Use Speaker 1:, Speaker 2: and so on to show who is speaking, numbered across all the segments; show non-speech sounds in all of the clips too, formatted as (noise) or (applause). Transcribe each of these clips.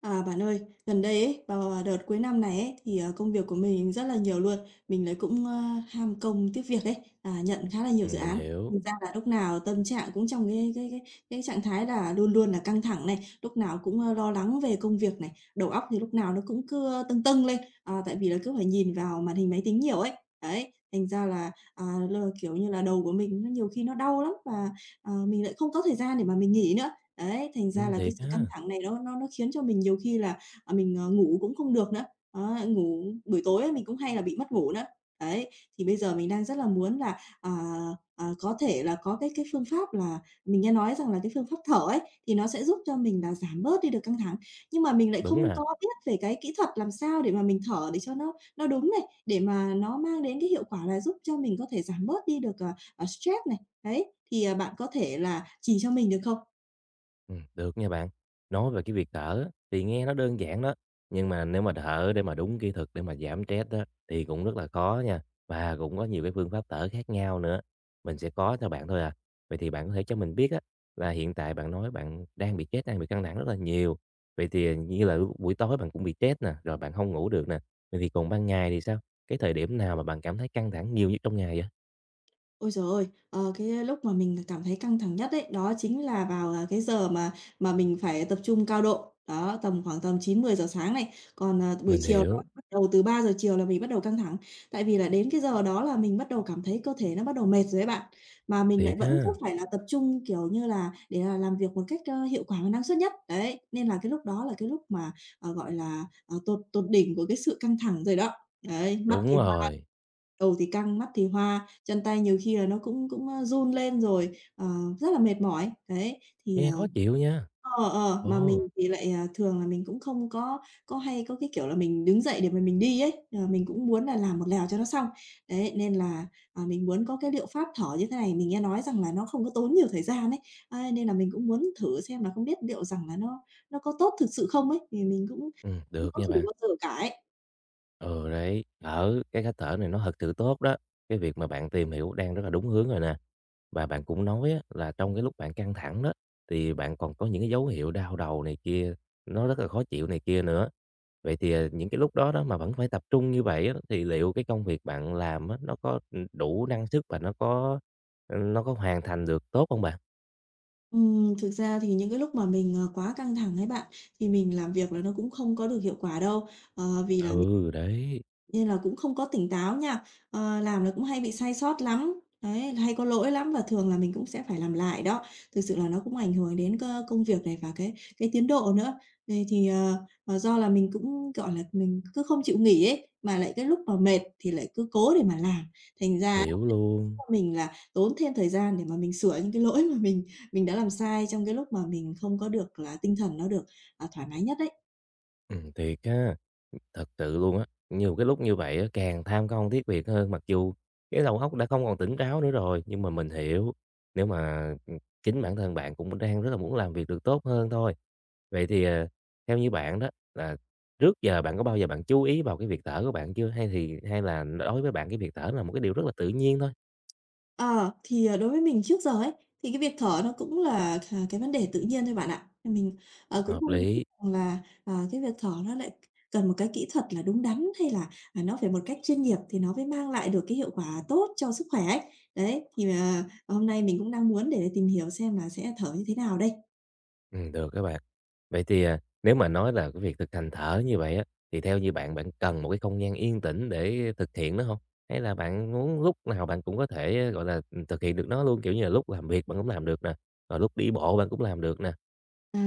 Speaker 1: Bạn ơi, gần đây ấy, vào, đợt cuối năm này ấy, thì, công việc của mình rất là nhiều luôn. Mình lại cũng, ham công tiếc việc ấy, nhận khá là nhiều dự
Speaker 2: Mình
Speaker 1: án.
Speaker 2: hiểu.
Speaker 1: Thành ra là lúc nào tâm trạng cũng trong cái trạng thái là luôn luôn là căng thẳng này, lúc nào cũng, lo lắng về công việc này, đầu óc thì lúc nào nó cũng cứ, tưng tưng lên, tại vì là cứ phải nhìn vào màn hình máy tính nhiều ấy. Đấy, thành ra là, à, l kiểu như là, đầu của mình nó nhiều khi nó đau lắm và, mình lại không có thời gian để mà mình nghỉ nữa. Đấy, thành ra là cái
Speaker 2: Thiệt
Speaker 1: sự căng
Speaker 2: ha,
Speaker 1: thẳng này nó khiến cho mình nhiều khi là, mình, ngủ cũng không được nữa. Đó, ngủ buổi tối á, mình cũng hay là bị mất ngủ nữa. Đấy, thì bây giờ mình đang rất là muốn là, có thể là có cái phương pháp là mình nghe nói rằng là cái phương pháp thở ấy, thì nó sẽ giúp cho mình là giảm bớt đi được căng thẳng. Nhưng mà mình lại
Speaker 2: đúng
Speaker 1: không
Speaker 2: nè.
Speaker 1: có biết về cái kỹ thuật làm sao để mà mình thở để cho nó đúng này, để mà nó mang đến cái hiệu quả là giúp cho mình có thể giảm bớt đi được, stress này. Đấy, thì, bạn có thể là chỉ cho mình được không?
Speaker 2: Được nha bạn. Nói về cái việc thở á, thì nghe nó đơn giản đó, nhưng mà nếu mà thở để mà đúng kỹ thuật để mà giảm stress á, thì cũng rất là khó nha, và cũng có nhiều cái phương pháp thở khác nhau nữa. Mình sẽ có cho bạn thôi à. Vậy thì bạn có thể cho mình biết á, là hiện tại bạn nói bạn đang bị stress, đang bị căng thẳng rất là nhiều, vậy thì như là lúc buổi tối bạn cũng bị stress nè, rồi bạn không ngủ được nè, vậy thì còn ban ngày thì sao? Cái thời điểm nào mà bạn cảm thấy căng thẳng nhiều nhất trong ngày vậy?
Speaker 1: Ôi giời ơi! Ờ, cái lúc mà mình cảm thấy căng thẳng nhất ấy, đó chính là vào, cái giờ mà mình phải tập trung cao độ, đó, tầm khoảng 9-10 giờ sáng này. Còn, buổi
Speaker 2: Mình
Speaker 1: chiều là
Speaker 2: hiểu,
Speaker 1: bắt đầu từ 3 giờ chiều là mình bắt đầu căng thẳng, tại vì là đến cái giờ đó là mình bắt đầu cảm thấy cơ thể nó bắt đầu mệt rồi ấy bạn. Mà mình lại
Speaker 2: thiệt
Speaker 1: vẫn cứ
Speaker 2: ha,
Speaker 1: phải là tập trung, kiểu như là, để là làm việc một cách, hiệu quả và năng suất nhất, đấy, nên là cái lúc đó là cái lúc mà, gọi là, ờ, tột tột đỉnh của cái sự căng thẳng rồi đó. Đấy, mắt thì
Speaker 2: đúng
Speaker 1: hoa
Speaker 2: rồi.
Speaker 1: đầu thì căng, mắt thì hoa chân tay nhiều khi là nó cũng cũng, ơ, run lên rồi, ờ, rất là mệt mỏi. Đấy, thì,
Speaker 2: Nghe khó chịu nha.
Speaker 1: mà
Speaker 2: Ồ,
Speaker 1: mình thì lại, thường là mình cũng không có hay có cái kiểu là mình đứng dậy để mà mình đi ấy, mình cũng muốn là làm một lèo cho nó xong. Đấy, nên là, mình muốn có cái liệu pháp thở như thế này, mình nghe nói rằng là nó không có tốn nhiều thời gian ấy, ấy, nên là mình cũng muốn thử xem là không biết liệu rằng là nó có tốt thực sự không ấy, vì mình cũng chưa
Speaker 2: được
Speaker 1: có
Speaker 2: nha
Speaker 1: thử
Speaker 2: bạn.
Speaker 1: bao giờ cả ấy.
Speaker 2: Ừ, đấy, thở, cái cách thở này nó thật sự tốt đó. Cái việc mà bạn tìm hiểu đang rất là đúng hướng rồi nè. Và bạn cũng nói á, là trong cái lúc bạn căng thẳng đó, thì bạn còn có những cái dấu hiệu đau đầu này kia, nó rất là khó chịu này kia nữa. Vậy thì, những cái lúc đó đó mà vẫn phải tập trung như vậy á, thì liệu cái công việc bạn làm á, nó có, ừ, đủ năng sức và nó có, ừ, nó có hoàn thành được tốt không bạn?
Speaker 1: Thực ra thì những cái lúc mà mình, quá căng thẳng ấy bạn, thì mình làm việc là nó cũng không có được hiệu quả đâu, ờ, vì là mình
Speaker 2: Ừ, đấy,
Speaker 1: nên là cũng không có tỉnh táo nha, làm là cũng hay bị sai sót lắm, đấy, hay có lỗi lắm và thường là mình cũng sẽ phải làm lại đó. Thực sự là nó cũng ảnh hưởng đến công việc này và cái tiến độ nữa. Do là mình cũng, gọi là, mình cứ không chịu nghỉ ấy, mà lại cái lúc mà mệt thì lại cứ cố để mà làm, thành ra
Speaker 2: hiểu luôn.
Speaker 1: mình là tốn thêm thời gian để mà mình sửa những cái lỗi mà mình đã làm sai trong cái lúc mà mình không có được là tinh thần nó được, thoải mái nhất đấy.
Speaker 2: Thiệt ha. Thật sự luôn á, nhiều cái lúc như vậy á, càng tham công tiếc việc hơn, mặc dù cái đầu óc đã không còn tỉnh táo nữa rồi. Nhưng mà mình hiểu, nếu mà, chính bản thân bạn cũng đang rất là muốn làm việc được tốt hơn thôi. Vậy thì, theo như bạn đó, là trước giờ bạn có bao giờ bạn chú ý vào cái việc thở của bạn chưa? Hay là đối với bạn cái việc thở là một cái điều rất là tự nhiên thôi?
Speaker 1: Đối với mình trước giờ ấy, thì cái việc thở nó cũng là cái vấn đề tự nhiên thôi bạn ạ. Thì mình, cũng
Speaker 2: Hợp
Speaker 1: không nghĩ
Speaker 2: lý.
Speaker 1: rằng là, cái việc thở nó lại cần một cái kỹ thuật là đúng đắn, hay là, nó phải một cách chuyên nghiệp thì nó mới mang lại được cái hiệu quả tốt cho sức khỏe ấy. Đấy, thì, hôm nay mình cũng đang muốn để tìm hiểu xem là sẽ thở như thế nào đây.
Speaker 2: Được các bạn. Vậy thì, nếu mà nói là cái việc thực hành thở như vậy á, thì theo như bạn, bạn cần một cái không gian yên tĩnh để thực hiện nó không? Hay là bạn muốn lúc nào bạn cũng có thể, gọi là, thực hiện được nó luôn, kiểu như là, lúc làm việc bạn cũng làm được nè, rồi lúc đi bộ bạn cũng làm được nè?
Speaker 1: À,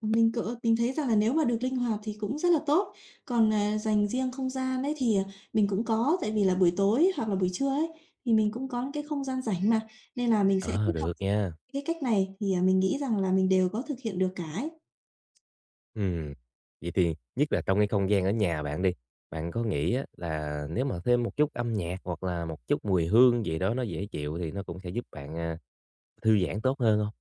Speaker 1: mình cỡ mình thấy rằng là nếu mà được linh hoạt thì cũng rất là tốt. Còn, dành riêng không gian đấy thì, mình cũng có, tại vì là buổi tối hoặc là buổi trưa ấy, thì mình cũng có những cái không gian rảnh mà, nên là mình sẽ kết
Speaker 2: Ờ,
Speaker 1: hợp
Speaker 2: được nha.
Speaker 1: cái cách này thì, mình nghĩ rằng là mình đều có thực hiện được cả ấy.
Speaker 2: Ừm, vậy thì nhất là trong cái không gian ở nhà bạn đi, bạn có nghĩ á là nếu mà thêm một chút âm nhạc hoặc là một chút mùi hương gì đó nó dễ chịu thì nó cũng sẽ giúp bạn, thư giãn tốt hơn không?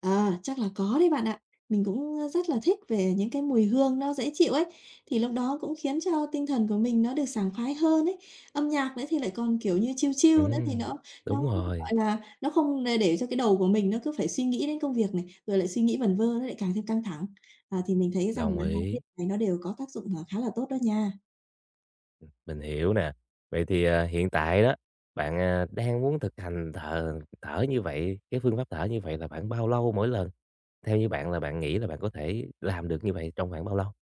Speaker 1: Chắc là có đấy bạn ạ. Mình cũng, rất là thích về những cái mùi hương nó dễ chịu ấy, thì lúc đó cũng khiến cho tinh thần của mình nó được sảng khoái hơn ấy. Âm nhạc nữa thì lại còn, kiểu như, chill chill nữa thì
Speaker 2: Ừm,
Speaker 1: nó
Speaker 2: đúng
Speaker 1: nó,
Speaker 2: rồi,
Speaker 1: gọi là, nó không để cho cái đầu của mình nó cứ phải suy nghĩ đến công việc này, rồi lại suy nghĩ vẩn vơ nó lại càng thêm căng thẳng. Thì mình thấy rằng
Speaker 2: đồng
Speaker 1: là hai cái
Speaker 2: ý.
Speaker 1: này nó đều có tác dụng, khá là tốt đó nha.
Speaker 2: Mình hiểu nè. Vậy thì, hiện tại đó, bạn, đang muốn thực hành thở như vậy, cái phương pháp thở như vậy là khoảng bao lâu mỗi lần? Theo như bạn là bạn nghĩ là bạn có thể làm được như vậy trong khoảng bao lâu?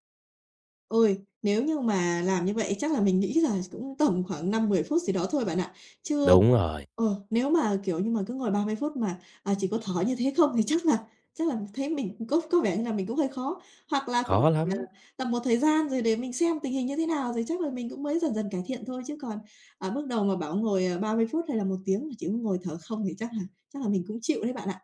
Speaker 1: Ôi, nếu như mà làm như vậy chắc là mình nghĩ là cũng tầm khoảng 5-10 phút gì đó thôi bạn ạ, chưa
Speaker 2: Đúng rồi,
Speaker 1: Ờ, nếu mà, kiểu như, mà cứ ngồi 30 phút mà, chỉ có thở như thế không thì chắc là thấy mình có vẻ như là mình cũng hơi khó. Hoặc là cũng
Speaker 2: khó
Speaker 1: phải là
Speaker 2: lắm.
Speaker 1: tầm một thời gian rồi để mình xem tình hình như thế nào rồi chắc là mình cũng mới dần dần cải thiện thôi, chứ còn ở mức đầu mà bảo ngồi, 30 phút hay là 1 tiếng mà chỉ có ngồi thở không thì chắc là mình cũng chịu đấy bạn ạ.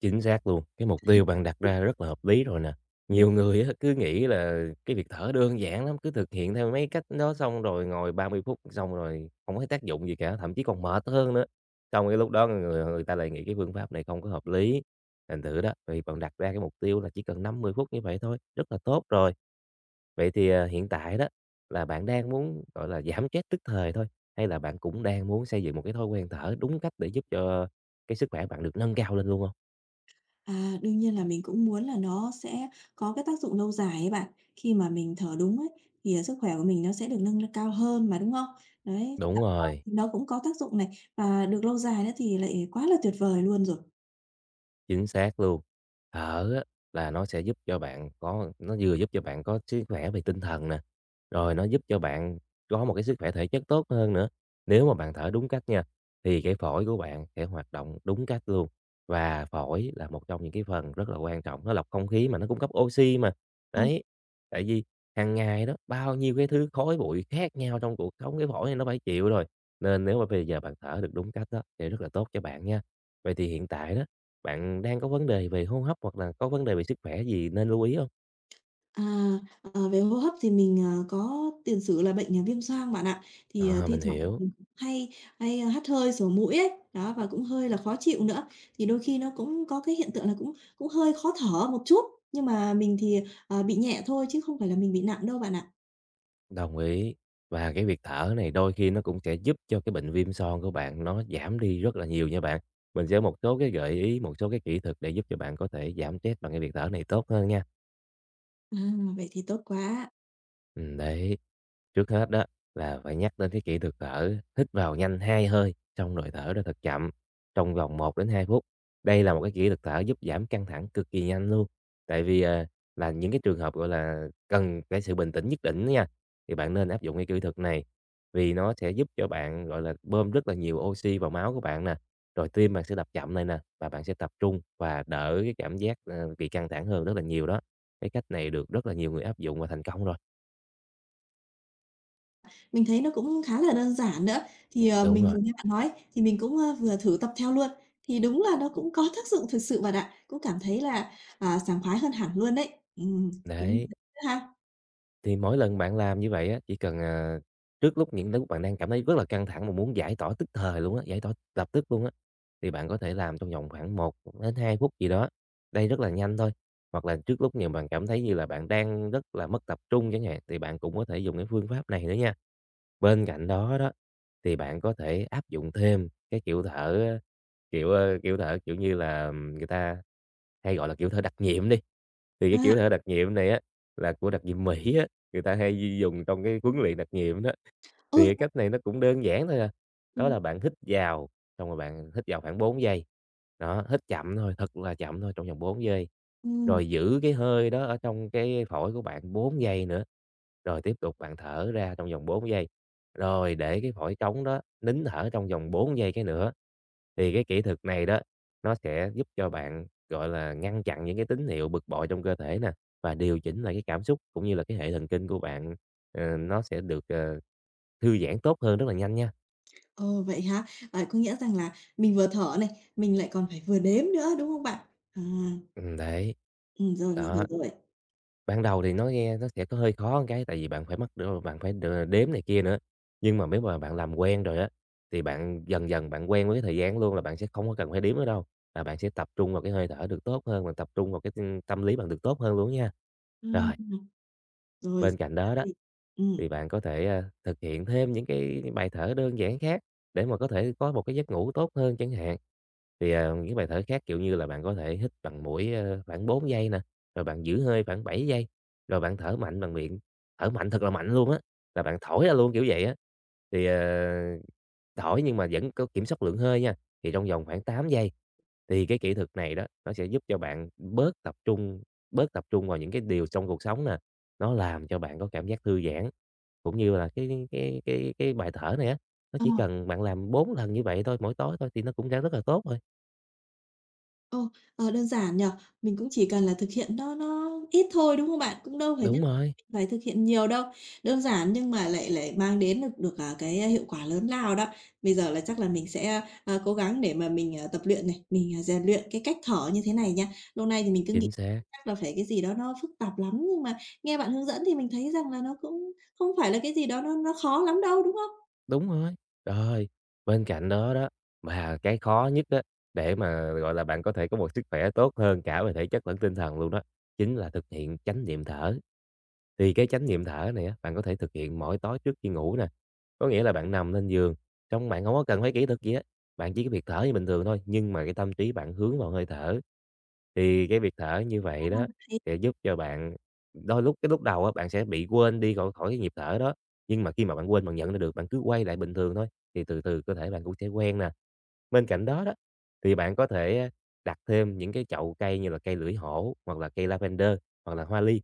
Speaker 2: Chính xác luôn, cái mục tiêu bạn đặt ra rất là hợp lý rồi nè.
Speaker 1: Ừm.
Speaker 2: Nhiều người á, cứ nghĩ là cái việc thở đơn giản lắm, cứ thực hiện theo mấy cách đó xong rồi ngồi 30 phút xong rồi không thấy tác dụng gì cả, thậm chí còn mệt hơn nữa. Xong cái lúc đó người người ta lại nghĩ cái phương pháp này không có hợp lý. Thành thử đó, vì bạn đặt ra cái mục tiêu là chỉ cần 50 phút như vậy thôi, rất là tốt rồi. Vậy thì, hiện tại đó là bạn đang muốn, gọi là, giảm stress tức thời thôi, hay là bạn cũng đang muốn xây dựng một cái thói quen thở đúng cách để giúp cho cái sức khỏe bạn được nâng cao lên luôn không.
Speaker 1: Đương nhiên là mình cũng muốn là nó sẽ có cái tác dụng lâu dài ấy bạn. Khi mà mình thở đúng ấy, thì, sức khỏe của mình nó sẽ được nâng lên cao hơn mà, đúng không? Đấy,
Speaker 2: Đúng
Speaker 1: Ừm.
Speaker 2: rồi.
Speaker 1: Nó cũng có tác dụng này, và được lâu dài nữa thì lại quá là tuyệt vời luôn rồi.
Speaker 2: Chính xác luôn. Thở á, là nó sẽ giúp cho bạn có nó vừa giúp cho bạn có sức khỏe về tinh thần nè, rồi nó giúp cho bạn có một cái sức khỏe thể chất tốt hơn nữa. Nếu mà bạn thở đúng cách nha, thì cái phổi của bạn sẽ hoạt động đúng cách luôn. Và phổi là một trong những cái phần rất là quan trọng, nó lọc không khí mà nó cung cấp oxy mà.
Speaker 1: Ờ.
Speaker 2: Đấy, tại vì hàng ngày đó, bao nhiêu cái thứ khói bụi khác nhau trong cuộc sống, cái phổi này nó phải chịu rồi. Nên nếu mà bây giờ bạn thở được đúng cách đó, thì rất là tốt cho bạn nha. Vậy thì hiện tại đó, bạn đang có vấn đề về hô hấp hoặc là có vấn đề về sức khỏe gì nên lưu ý không?
Speaker 1: À, Về hô hấp thì mình, có tiền sử là bệnh, viêm xoang bạn ạ. Thì,
Speaker 2: Ờ,
Speaker 1: thi
Speaker 2: mình
Speaker 1: thoảng
Speaker 2: hiểu,
Speaker 1: mình cũng hay hay ờ, hắt hơi, sổ mũi ấy, đó, và cũng hơi là khó chịu nữa. Thì đôi khi nó cũng có cái hiện tượng là cũng cũng hơi khó thở một chút, nhưng mà mình thì, bị nhẹ thôi chứ không phải là mình bị nặng đâu bạn ạ.
Speaker 2: đồng ý. Và cái việc thở này đôi khi nó cũng sẽ giúp cho cái bệnh viêm son của bạn nó giảm đi rất là nhiều nha bạn. Mình sẽ có một số cái gợi ý, một số cái kỹ thuật để giúp cho bạn có thể giảm stress bằng cái việc thở này tốt hơn nha.
Speaker 1: À, Vậy thì tốt quá.
Speaker 2: Đấy. Trước hết đó là phải nhắc đến cái kỹ thuật thở, hít vào nhanh 2 hơi, xong rồi thở ra thật chậm trong vòng 1 đến 2 phút. Đây là một cái kỹ thuật thở giúp giảm căng thẳng cực kỳ nhanh luôn. Tại vì, là những cái trường hợp, gọi là, cần cái sự bình tĩnh nhất định đó nha, thì bạn nên áp dụng cái kỹ thuật này, vì nó sẽ giúp cho bạn, gọi là, bơm rất là nhiều oxy vào máu của bạn nè, rồi tim bạn sẽ đập chậm này nè, và bạn sẽ tập trung và đỡ cái cảm giác, bị căng thẳng hơn rất là nhiều đó. Cái cách này được rất là nhiều người áp dụng và thành công rồi.
Speaker 1: Mình thấy nó cũng khá là đơn giản nữa. Thì,
Speaker 2: Đúng
Speaker 1: mình vừa
Speaker 2: rồi,
Speaker 1: nghe bạn nói thì mình cũng, vừa thử tập theo luôn, thì đúng là nó cũng có tác dụng thực sự bạn ạ, cũng cảm thấy là, sảng khoái hơn hẳn luôn đấy. Đúng
Speaker 2: đấy.
Speaker 1: (unintelligible) ha.
Speaker 2: Thì mỗi lần bạn làm như vậy á, chỉ cần, trước lúc những lúc bạn đang cảm thấy rất là căng thẳng mà muốn giải tỏa tức thời luôn á, giải tỏa lập tức luôn á, thì bạn có thể làm trong vòng khoảng 1 đến 2 phút gì đó, đây rất là nhanh thôi. Hoặc là trước lúc nhiều bạn cảm thấy như là bạn đang rất là mất tập trung chẳng hạn, thì bạn cũng có thể dùng cái phương pháp này nữa nha. Bên cạnh đó đó, thì bạn có thể áp dụng thêm cái kiểu thở, kiểu như là, người ta hay gọi là kiểu thở đặc nhiệm đi, thì cái
Speaker 1: À,
Speaker 2: kiểu thể đặc nhiệm này á, là của đặc nhiệm Mỹ á, người ta hay dùng trong cái huấn luyện đặc nhiệm đó. Thì
Speaker 1: ô,
Speaker 2: cái cách này nó cũng đơn giản thôi à, đó
Speaker 1: ừm,
Speaker 2: là bạn hít vào, xong rồi bạn hít vào khoảng 4 giây, đó, hít chậm thôi, thật là chậm thôi trong vòng 4 giây,
Speaker 1: ừm,
Speaker 2: rồi giữ cái hơi đó ở trong cái phổi của bạn 4 giây nữa, rồi tiếp tục bạn thở ra trong vòng 4 giây, rồi để cái phổi trống đó nín thở trong vòng 4 giây cái nữa. Thì cái kỹ thuật này đó, nó sẽ giúp cho bạn, gọi là, ngăn chặn những cái tín hiệu bực bội trong cơ thể nè và điều chỉnh lại cái cảm xúc cũng như là cái hệ thần kinh của bạn, nó sẽ được, thư giãn tốt hơn rất là nhanh nha.
Speaker 1: ờ, Vậy hả? Ờ, có nghĩa rằng là mình vừa thở này, mình lại còn phải vừa đếm nữa, đúng không bạn? À,
Speaker 2: Đấy,
Speaker 1: Rồi, mình
Speaker 2: đó,
Speaker 1: hiểu rồi.
Speaker 2: ban đầu thì nó nghe nó sẽ có hơi khó một cái tại vì bạn phải đếm này kia nữa, nhưng mà nếu mà bạn làm quen rồi á, thì bạn dần dần bạn quen với cái thời gian luôn là bạn sẽ không có cần phải đếm nữa đâu, là bạn sẽ tập trung vào cái hơi thở được tốt hơn, bạn tập trung vào cái, tâm lý bạn được tốt hơn luôn nha. Rồi,
Speaker 1: Ừm, rồi.
Speaker 2: bên cạnh đó đó,
Speaker 1: (unintelligible) Ừm.
Speaker 2: thì bạn có thể, thực hiện thêm những cái bài thở đơn giản khác để mà có thể có một cái giấc ngủ tốt hơn chẳng hạn. Thì, những bài thở khác, kiểu như là, bạn có thể hít bằng mũi, khoảng 4 giây nè, rồi bạn giữ hơi khoảng 7 giây, rồi bạn thở mạnh bằng miệng, thở mạnh thật là mạnh luôn á, là bạn thổi ra luôn, kiểu vậy á. Thì, thổi nhưng mà vẫn có kiểm soát lượng hơi nha, thì trong vòng khoảng 8 giây. Thì cái kỹ thuật này đó, nó sẽ giúp cho bạn bớt tập trung vào những cái điều trong cuộc sống nè, nó làm cho bạn có cảm giác thư giãn, cũng như là cái bài thở này á, nó
Speaker 1: Ờ.
Speaker 2: chỉ cần bạn làm 4 lần như vậy thôi mỗi tối thôi thì nó cũng đã rất là tốt rồi.
Speaker 1: Ồ, Đơn giản nhỉ? Mình cũng chỉ cần là thực hiện nó ít thôi, đúng không bạn? Cũng đâu phải
Speaker 2: Đúng
Speaker 1: nhất thiết
Speaker 2: rồi,
Speaker 1: mình phải thực hiện nhiều đâu. Đơn giản nhưng mà lại lại mang đến được được, à, cái, hiệu quả lớn lao đó. Bây giờ là chắc là mình sẽ, cố gắng để mà mình, tập luyện này, mình, rèn luyện cái cách thở như thế này nha. Lâu nay thì mình cứ nghĩ
Speaker 2: chính xác.
Speaker 1: chắc là phải cái gì đó nó phức tạp lắm, nhưng mà nghe bạn hướng dẫn thì mình thấy rằng là nó cũng không phải là cái gì đó nó khó lắm đâu, đúng không?
Speaker 2: Đúng rồi. Rồi, bên cạnh đó đó, mà cái khó nhất á, để mà, gọi là, bạn có thể có một sức khỏe tốt hơn cả về thể chất lẫn tinh thần luôn đó, chính là thực hiện chánh niệm thở. Thì cái chánh niệm thở này á, bạn có thể thực hiện mỗi tối trước khi ngủ nè. Có nghĩa là bạn nằm lên giường, xong bạn hông có cần phải kỹ thuật gì hết, bạn chỉ có việc thở như bình thường thôi, nhưng mà cái tâm trí bạn hướng vào hơi thở. Thì cái việc thở như vậy đó, sẽ giúp cho bạn đôi lúc cái lúc đầu á, bạn sẽ bị quên đi khỏi khỏi cái nhịp thở đó, nhưng mà khi mà bạn quên bạn nhận ra được, bạn cứ quay lại bình thường thôi, thì từ từ cơ thể bạn cũng sẽ quen nè. Bên cạnh đó đó, thì bạn có thể, đặt thêm những cái chậu cây như là cây lưỡi hổ, hoặc là cây lavender, hoặc là hoa ly.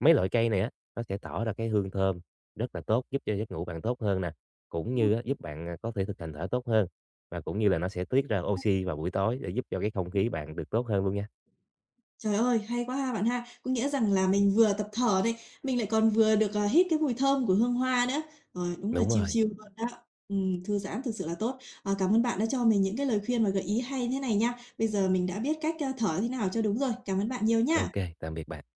Speaker 2: Mấy loại cây này á, nó sẽ tỏ ra cái hương thơm rất là tốt, giúp cho giấc ngủ bạn tốt hơn nè, cũng như á, giúp bạn, có thể thực hành thở tốt hơn, và cũng như là nó sẽ tiết ra oxy vào buổi tối để giúp cho cái không khí bạn được tốt hơn luôn nha.
Speaker 1: Trời ơi, hay quá ha bạn ha. Có nghĩa rằng là mình vừa tập thở này, mình lại còn vừa được, hít cái mùi thơm của hương hoa nữa. Rồi, đúng là
Speaker 2: Đúng
Speaker 1: chill
Speaker 2: rồi.
Speaker 1: chill luôn đó. Thư giãn thực sự là tốt. Ờ, cảm ơn bạn đã cho mình những cái lời khuyên và gợi ý hay thế này nha. Bây giờ mình đã biết cách, thở thế nào cho đúng rồi. Cảm ơn bạn nhiều
Speaker 2: Ok,
Speaker 1: nha.
Speaker 2: tạm biệt bạn.